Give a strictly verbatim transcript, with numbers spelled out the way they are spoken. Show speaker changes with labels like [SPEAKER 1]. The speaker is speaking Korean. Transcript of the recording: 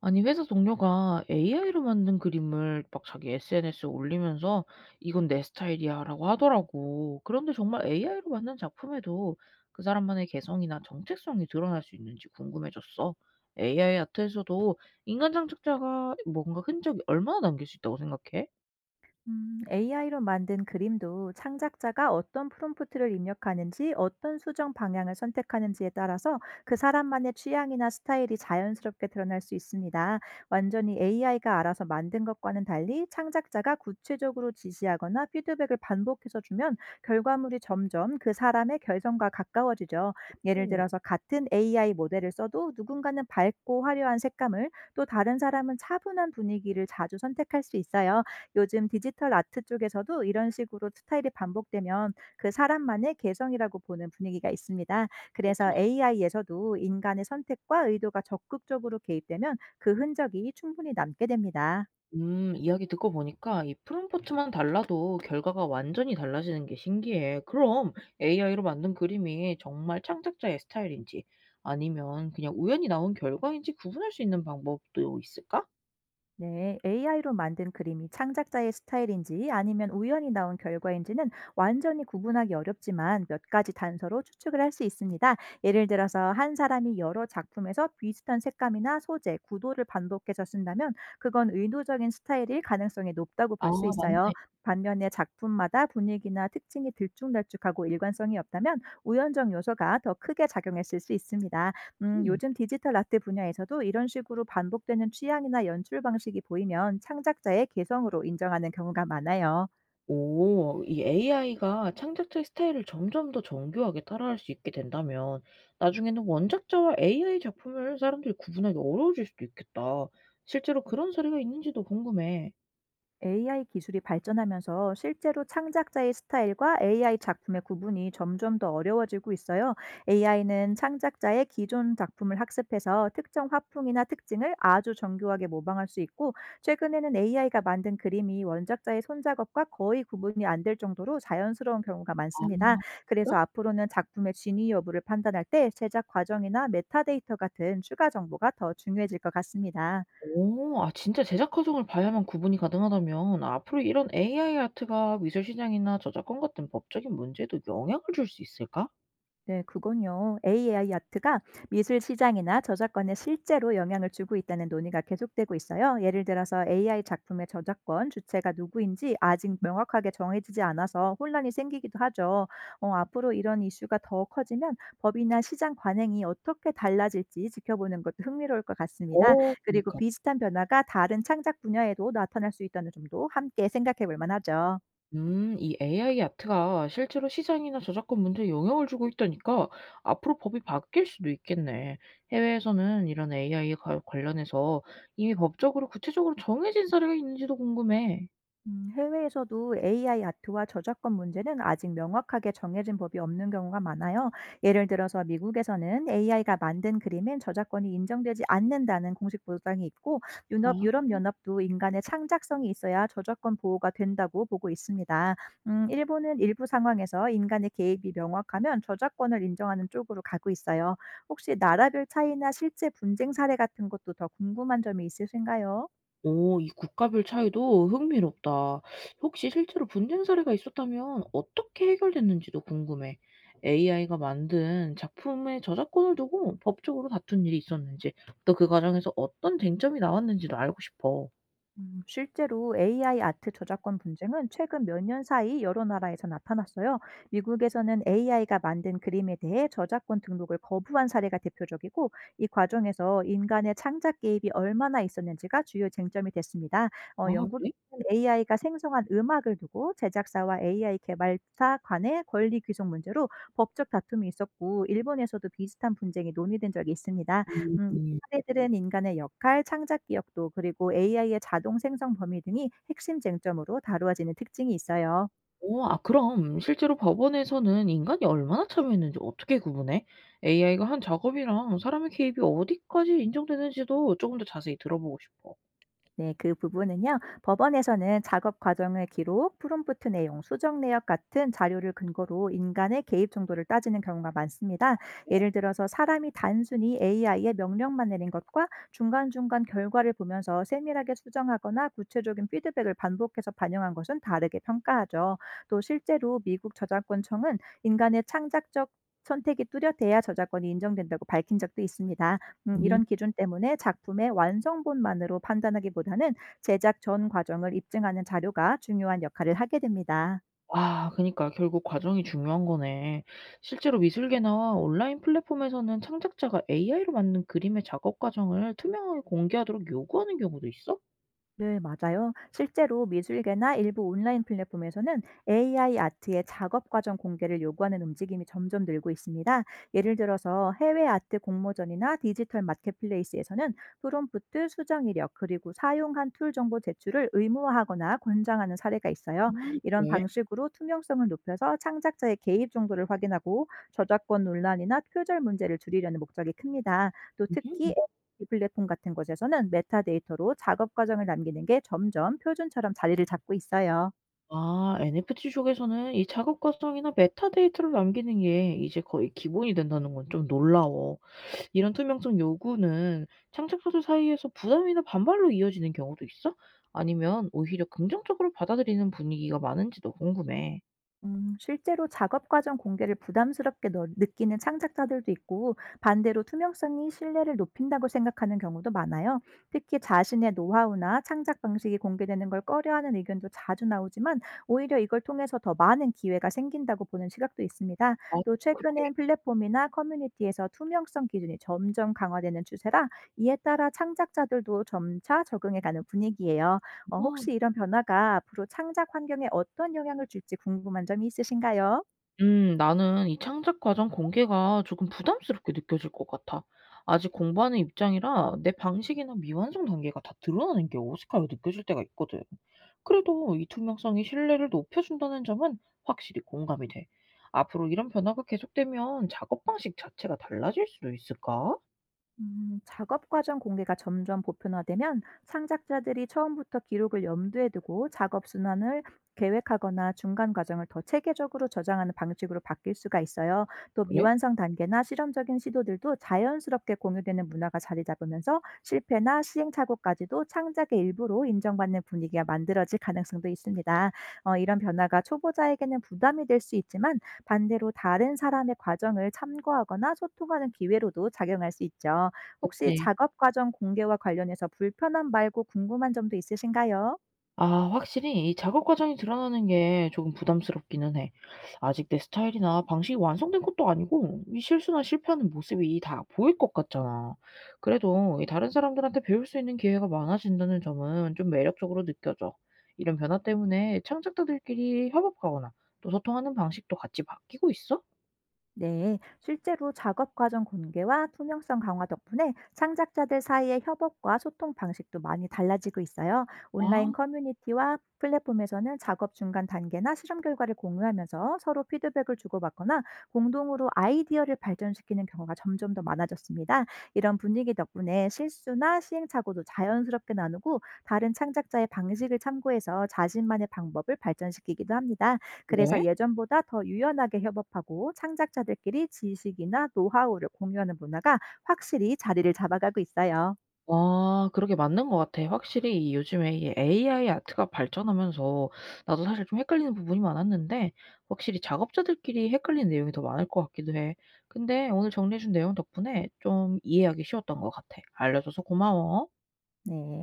[SPEAKER 1] 아니 회사 동료가 에이아이로 만든 그림을 막 자기 에스엔에스에 올리면서 "이건 내 스타일이야."라고 하더라고. 그런데 정말 에이아이로 만든 작품에도 그 사람만의 개성이나 정체성이 드러날 수 있는지 궁금해졌어. 에이아이 아트에서도 인간 창작자가 뭔가 흔적이 얼마나 남길 수 있다고 생각해?
[SPEAKER 2] 이 에이아이로 만든 그림도 창작자가 어떤 프롬프트를 입력하는지, 어떤 수정 방향을 선택하는지에 따라서 그 사람만의 취향이나 스타일이 자연스럽게 드러날 수 있습니다. 완전히 에이아이가 알아서 만든 것과는 달리 창작자가 구체적으로 지시하거나 피드백을 반복해서 주면 결과물이 점점 그 사람의 결성과 가까워지죠. 예를
[SPEAKER 1] 오,
[SPEAKER 2] 들어서 같은 에이아이 모델을 써도 누군가는 밝고 화려한 색감을, 또 다른 사람은 차분한 분위기를 자주 선택할 수 있어요. 요즘 디지털 아트 쪽에서도 이런 식으로 스타일이 반복되면 그 사람만의 개성이라고 보는 분위기가 있습니다. 그래서
[SPEAKER 1] 그렇구나.
[SPEAKER 2] 에이아이에서도 인간의 선택과 의도가 적극적으로 개입되면 그 흔적이 충분히 남게 됩니다.
[SPEAKER 1] 음 이야기 듣고 보니까 이 프롬프트만 달라도 결과가 완전히 달라지는 게 신기해. 그럼 에이아이로 만든 그림이 정말 창작자의 스타일인지 아니면 그냥 우연히 나온 결과인지 구분할 수 있는 방법도 있을까?
[SPEAKER 2] 네, 에이아이로 만든 그림이 창작자의 스타일인지 아니면 우연히 나온 결과인지는 완전히 구분하기 어렵지만, 몇 가지 단서로 추측을 할 수 있습니다. 예를 들어서 한 사람이 여러 작품에서 비슷한 색감이나 소재, 구도를 반복해서 쓴다면, 그건 의도적인 스타일일 가능성이 높다고
[SPEAKER 1] 아
[SPEAKER 2] 볼 수 있어요.
[SPEAKER 1] 맞네.
[SPEAKER 2] 반면에 작품마다 분위기나 특징이 들쭉날쭉하고 일관성이 없다면, 우연적 요소가 더 크게 작용했을 수 있습니다. 음,
[SPEAKER 1] 음.
[SPEAKER 2] 요즘 디지털 아트 분야에서도 이런 식으로 반복되는 취향이나 연출 방식이 보이면 창작자의 개성으로 인정하는 경우가 많아요.
[SPEAKER 1] 오 이 에이아이가 창작자의 스타일을 점점 더 정교하게 따라할 수 있게 된다면 나중에는 원작자와 에이아이 작품을 사람들이 구분하기 어려워질 수도 있겠다. 실제로 그런 사례가 있는지도 궁금해.
[SPEAKER 2] 에이아이 기술이 발전하면서 실제로 창작자의 스타일과 에이아이 작품의 구분이 점점 더 어려워지고 있어요. 에이아이는 창작자의 기존 작품을 학습해서 특정 화풍이나 특징을 아주 정교하게 모방할 수 있고, 최근에는 에이아이가 만든 그림이 원작자의 손작업과 거의 구분이 안 될 정도로 자연스러운 경우가
[SPEAKER 1] 아
[SPEAKER 2] 많습니다.
[SPEAKER 1] 진짜?
[SPEAKER 2] 그래서 앞으로는 작품의 진위 여부를 판단할 때 제작 과정이나 메타데이터 같은 추가 정보가 더 중요해질 것 같습니다.
[SPEAKER 1] 오. 아 진짜 제작 과정을 봐야만 구분이 가능하다면 앞으로 이런 에이아이 아트가 미술 시장이나 저작권 같은 법적인 문제에도 영향을 줄 수 있을까?
[SPEAKER 2] 네, 그건요. 에이아이 아트가 미술 시장이나 저작권에 실제로 영향을 주고 있다는 논의가 계속되고 있어요. 예를 들어서 에이아이 작품의 저작권 주체가 누구인지 아직 명확하게 정해지지 않아서 혼란이 생기기도 하죠. 어, 앞으로 이런 이슈가 더 커지면 법이나 시장 관행이 어떻게 달라질지 지켜보는 것도 흥미로울 것 같습니다.
[SPEAKER 1] 어
[SPEAKER 2] 그리고
[SPEAKER 1] 그니까.
[SPEAKER 2] 비슷한 변화가 다른 창작 분야에도 나타날 수 있다는 점도 함께 생각해 볼 만하죠.
[SPEAKER 1] 음. 이 에이아이 아트가 실제로 시장이나 저작권 문제에 영향을 주고 있다니까 앞으로 법이 바뀔 수도 있겠네. 해외에서는 이런 에이아이 과 관련해서 이미 법적으로 구체적으로 정해진 사례가 있는지도 궁금해.
[SPEAKER 2] 음, 해외에서도 에이아이 아트와 저작권 문제는 아직 명확하게 정해진 법이 없는 경우가 많아요. 예를 들어서 미국에서는 에이아이가 만든 그림엔 저작권이 인정되지 않는다는 공식 보장이 있고,
[SPEAKER 1] 아.
[SPEAKER 2] 유럽, 유럽연합도 인간의 창작성이 있어야 저작권 보호가 된다고 보고 있습니다. 음, 일본은 일부 상황에서 인간의 개입이 명확하면 저작권을 인정하는 쪽으로 가고 있어요. 혹시 나라별 차이나 실제 분쟁 사례 같은 것도 더 궁금한 점이 있으신가요?
[SPEAKER 1] 오 이 국가별 차이도 흥미롭다. 혹시 실제로 분쟁 사례가 있었다면 어떻게 해결됐는지도 궁금해. 에이아이가 만든 작품의 저작권을 두고 법적으로 다툰 일이 있었는지, 또 그 과정에서 어떤 쟁점이 나왔는지도 알고 싶어.
[SPEAKER 2] 음, 실제로 에이아이 아트 저작권 분쟁은 최근 몇 년 사이 여러 나라에서 나타났어요. 미국에서는 에이아이가 만든 그림에 대해 저작권 등록을 거부한 사례가 대표적이고, 이 과정에서 인간의 창작 개입이 얼마나 있었는지가 주요 쟁점이 됐습니다.
[SPEAKER 1] 아,
[SPEAKER 2] 어, 영국은
[SPEAKER 1] 그래?
[SPEAKER 2] 에이아이가 생성한 음악을 두고 제작사와 에이아이 개발사 간의 권리 귀속 문제로 법적 다툼이 있었고, 일본에서도 비슷한 분쟁이 논의된 적이 있습니다.
[SPEAKER 1] 음.
[SPEAKER 2] 음,
[SPEAKER 1] 음.
[SPEAKER 2] 사례들은 인간의 역할, 창작 기억도, 그리고 에이아이의 자동 생성 범위 등이 핵심 쟁점으로 다루어지는 특징이 있어요.
[SPEAKER 1] 어, 아 그럼 실제로 법원에서는 인간이 얼마나 참여했는지 어떻게 구분해? 에이아이가 한 작업이랑 사람의 개입이 어디까지 인정되는지도 조금 더 자세히 들어보고 싶어.
[SPEAKER 2] 네, 그 부분은요. 법원에서는 작업 과정의 기록, 프롬프트 내용, 수정 내역 같은 자료를 근거로 인간의 개입 정도를 따지는 경우가 많습니다. 예를 들어서 사람이 단순히 에이아이의 명령만 내린 것과 중간중간 결과를 보면서 세밀하게 수정하거나 구체적인 피드백을 반복해서 반영한 것은 다르게 평가하죠. 또 실제로 미국 저작권청은 인간의 창작적 선택이 뚜렷해야 저작권이 인정된다고 밝힌 적도 있습니다. 음
[SPEAKER 1] 그래?
[SPEAKER 2] 이런 기준 때문에 작품의 완성본만으로 판단하기보다는 제작 전 과정을 입증하는 자료가 중요한 역할을 하게 됩니다.
[SPEAKER 1] 아 그니까 결국 과정이 중요한 거네. 실제로 미술계나 온라인 플랫폼에서는 창작자가 에이아이로 만든 그림의 작업 과정을 투명하게 공개하도록 요구하는 경우도 있어?
[SPEAKER 2] 네, 맞아요. 실제로 미술계나 일부 온라인 플랫폼에서는 에이아이 아트의 작업 과정 공개를 요구하는 움직임이 점점 늘고 있습니다. 예를 들어서 해외 아트 공모전이나 디지털 마켓플레이스에서는 프롬프트 수정 이력, 그리고 사용한 툴 정보 제출을 의무화하거나 권장하는 사례가
[SPEAKER 1] 아
[SPEAKER 2] 있어요. 이런
[SPEAKER 1] 그래?
[SPEAKER 2] 방식으로 투명성을 높여서 창작자의 개입 정도를 확인하고 저작권 논란이나 표절 문제를 줄이려는 목적이 큽니다. 또 특히
[SPEAKER 1] 음흠.
[SPEAKER 2] 이 플랫폼 같은 곳에서는 메타데이터로 작업 과정을 남기는 게 점점 표준처럼 자리를 잡고 있어요.
[SPEAKER 1] 아, 엔에프티 쪽에서는 이 작업 과정이나 메타데이터를 남기는 게 이제 거의 기본이 된다는 건 좀 놀라워. 이런 투명성 요구는 창작자들 사이에서 부담이나 반발로 이어지는 경우도 있어? 아니면 오히려 긍정적으로 받아들이는 분위기가 많은지도 궁금해.
[SPEAKER 2] 음, 실제로 작업 과정 공개를 부담스럽게 너- 느끼는 창작자들도 있고, 반대로 투명성이 신뢰를 높인다고 생각하는 경우도 많아요. 특히 자신의 노하우나 창작 방식이 공개되는 걸 꺼려하는 의견도 자주 나오지만, 오히려 이걸 통해서 더 많은 기회가 생긴다고 보는 시각도 있습니다.
[SPEAKER 1] 아
[SPEAKER 2] 또
[SPEAKER 1] 그러게.
[SPEAKER 2] 최근엔 플랫폼이나 커뮤니티에서 투명성 기준이 점점 강화되는 추세라, 이에 따라 창작자들도 점차 적응해가는 분위기예요. 어 혹시 이런 변화가 앞으로 창작 환경에 어떤 영향을 줄지 궁금한 점이 있으신가요?
[SPEAKER 1] 음, 나는 이 창작 과정 공개가 조금 부담스럽게 느껴질 것 같아. 아직 공부하는 입장이라 내 방식이나 미완성 단계가 다 드러나는 게 어색하게 느껴질 때가 있거든. 그래도 이 투명성이 신뢰를 높여준다는 점은 확실히 공감이 돼. 앞으로 이런 변화가 계속되면 작업 방식 자체가 달라질 수도 있을까?
[SPEAKER 2] 음, 작업 과정 공개가 점점 보편화되면 창작자들이 처음부터 기록을 염두에 두고 작업 순환을 계획하거나 중간 과정을 더 체계적으로 저장하는 방식으로 바뀔 수가 있어요. 또
[SPEAKER 1] 그래?
[SPEAKER 2] 미완성 단계나 실험적인 시도들도 자연스럽게 공유되는 문화가 자리 잡으면서 실패나 시행착오까지도 창작의 일부로 인정받는 분위기가 만들어질 가능성도 있습니다. 어, 이런 변화가 초보자에게는 부담이 될 수 있지만, 반대로 다른 사람의 과정을 참고하거나 소통하는 기회로도 작용할 수 있죠. 혹시
[SPEAKER 1] 맞지?
[SPEAKER 2] 작업 과정 공개와 관련해서 불편함 말고 궁금한 점도 있으신가요?
[SPEAKER 1] 아 확실히 이 작업 과정이 드러나는 게 조금 부담스럽기는 해. 아직 내 스타일이나 방식이 완성된 것도 아니고 이 실수나 실패하는 모습이 다 보일 것 같잖아. 그래도 이 다른 사람들한테 배울 수 있는 기회가 많아진다는 점은 좀 매력적으로 느껴져. 이런 변화 때문에 창작자들끼리 협업하거나 또 소통하는 방식도 같이 바뀌고 있어?
[SPEAKER 2] 네, 실제로 작업 과정 공개와 투명성 강화 덕분에 창작자들 사이의 협업과 소통 방식도 많이 달라지고 있어요.
[SPEAKER 1] 아,
[SPEAKER 2] 온라인 커뮤니티와 플랫폼에서는 작업 중간 단계나 실험 결과를 공유하면서 서로 피드백을 주고받거나 공동으로 아이디어를 발전시키는 경우가 점점 더 많아졌습니다. 이런 분위기 덕분에 실수나 시행착오도 자연스럽게 나누고, 다른 창작자의 방식을 참고해서 자신만의 방법을 발전시키기도 합니다. 그래서
[SPEAKER 1] 그래?
[SPEAKER 2] 예전보다 더 유연하게 협업하고 창작자들끼리 지식이나 노하우를 공유하는 문화가 확실히 자리를 잡아가고 있어요.
[SPEAKER 1] 아 그러게 맞는 것 같아. 확실히 이 요즘에 이 에이아이 아트가 발전하면서 나도 사실 좀 헷갈리는 부분이 많았는데 확실히 작업자들끼리 헷갈리는 내용이 더 많을 것 같기도 해. 근데 오늘 정리해 준 내용 덕분에 좀 이해하기 쉬웠던 것 같아. 알려줘서 고마워.
[SPEAKER 2] 네.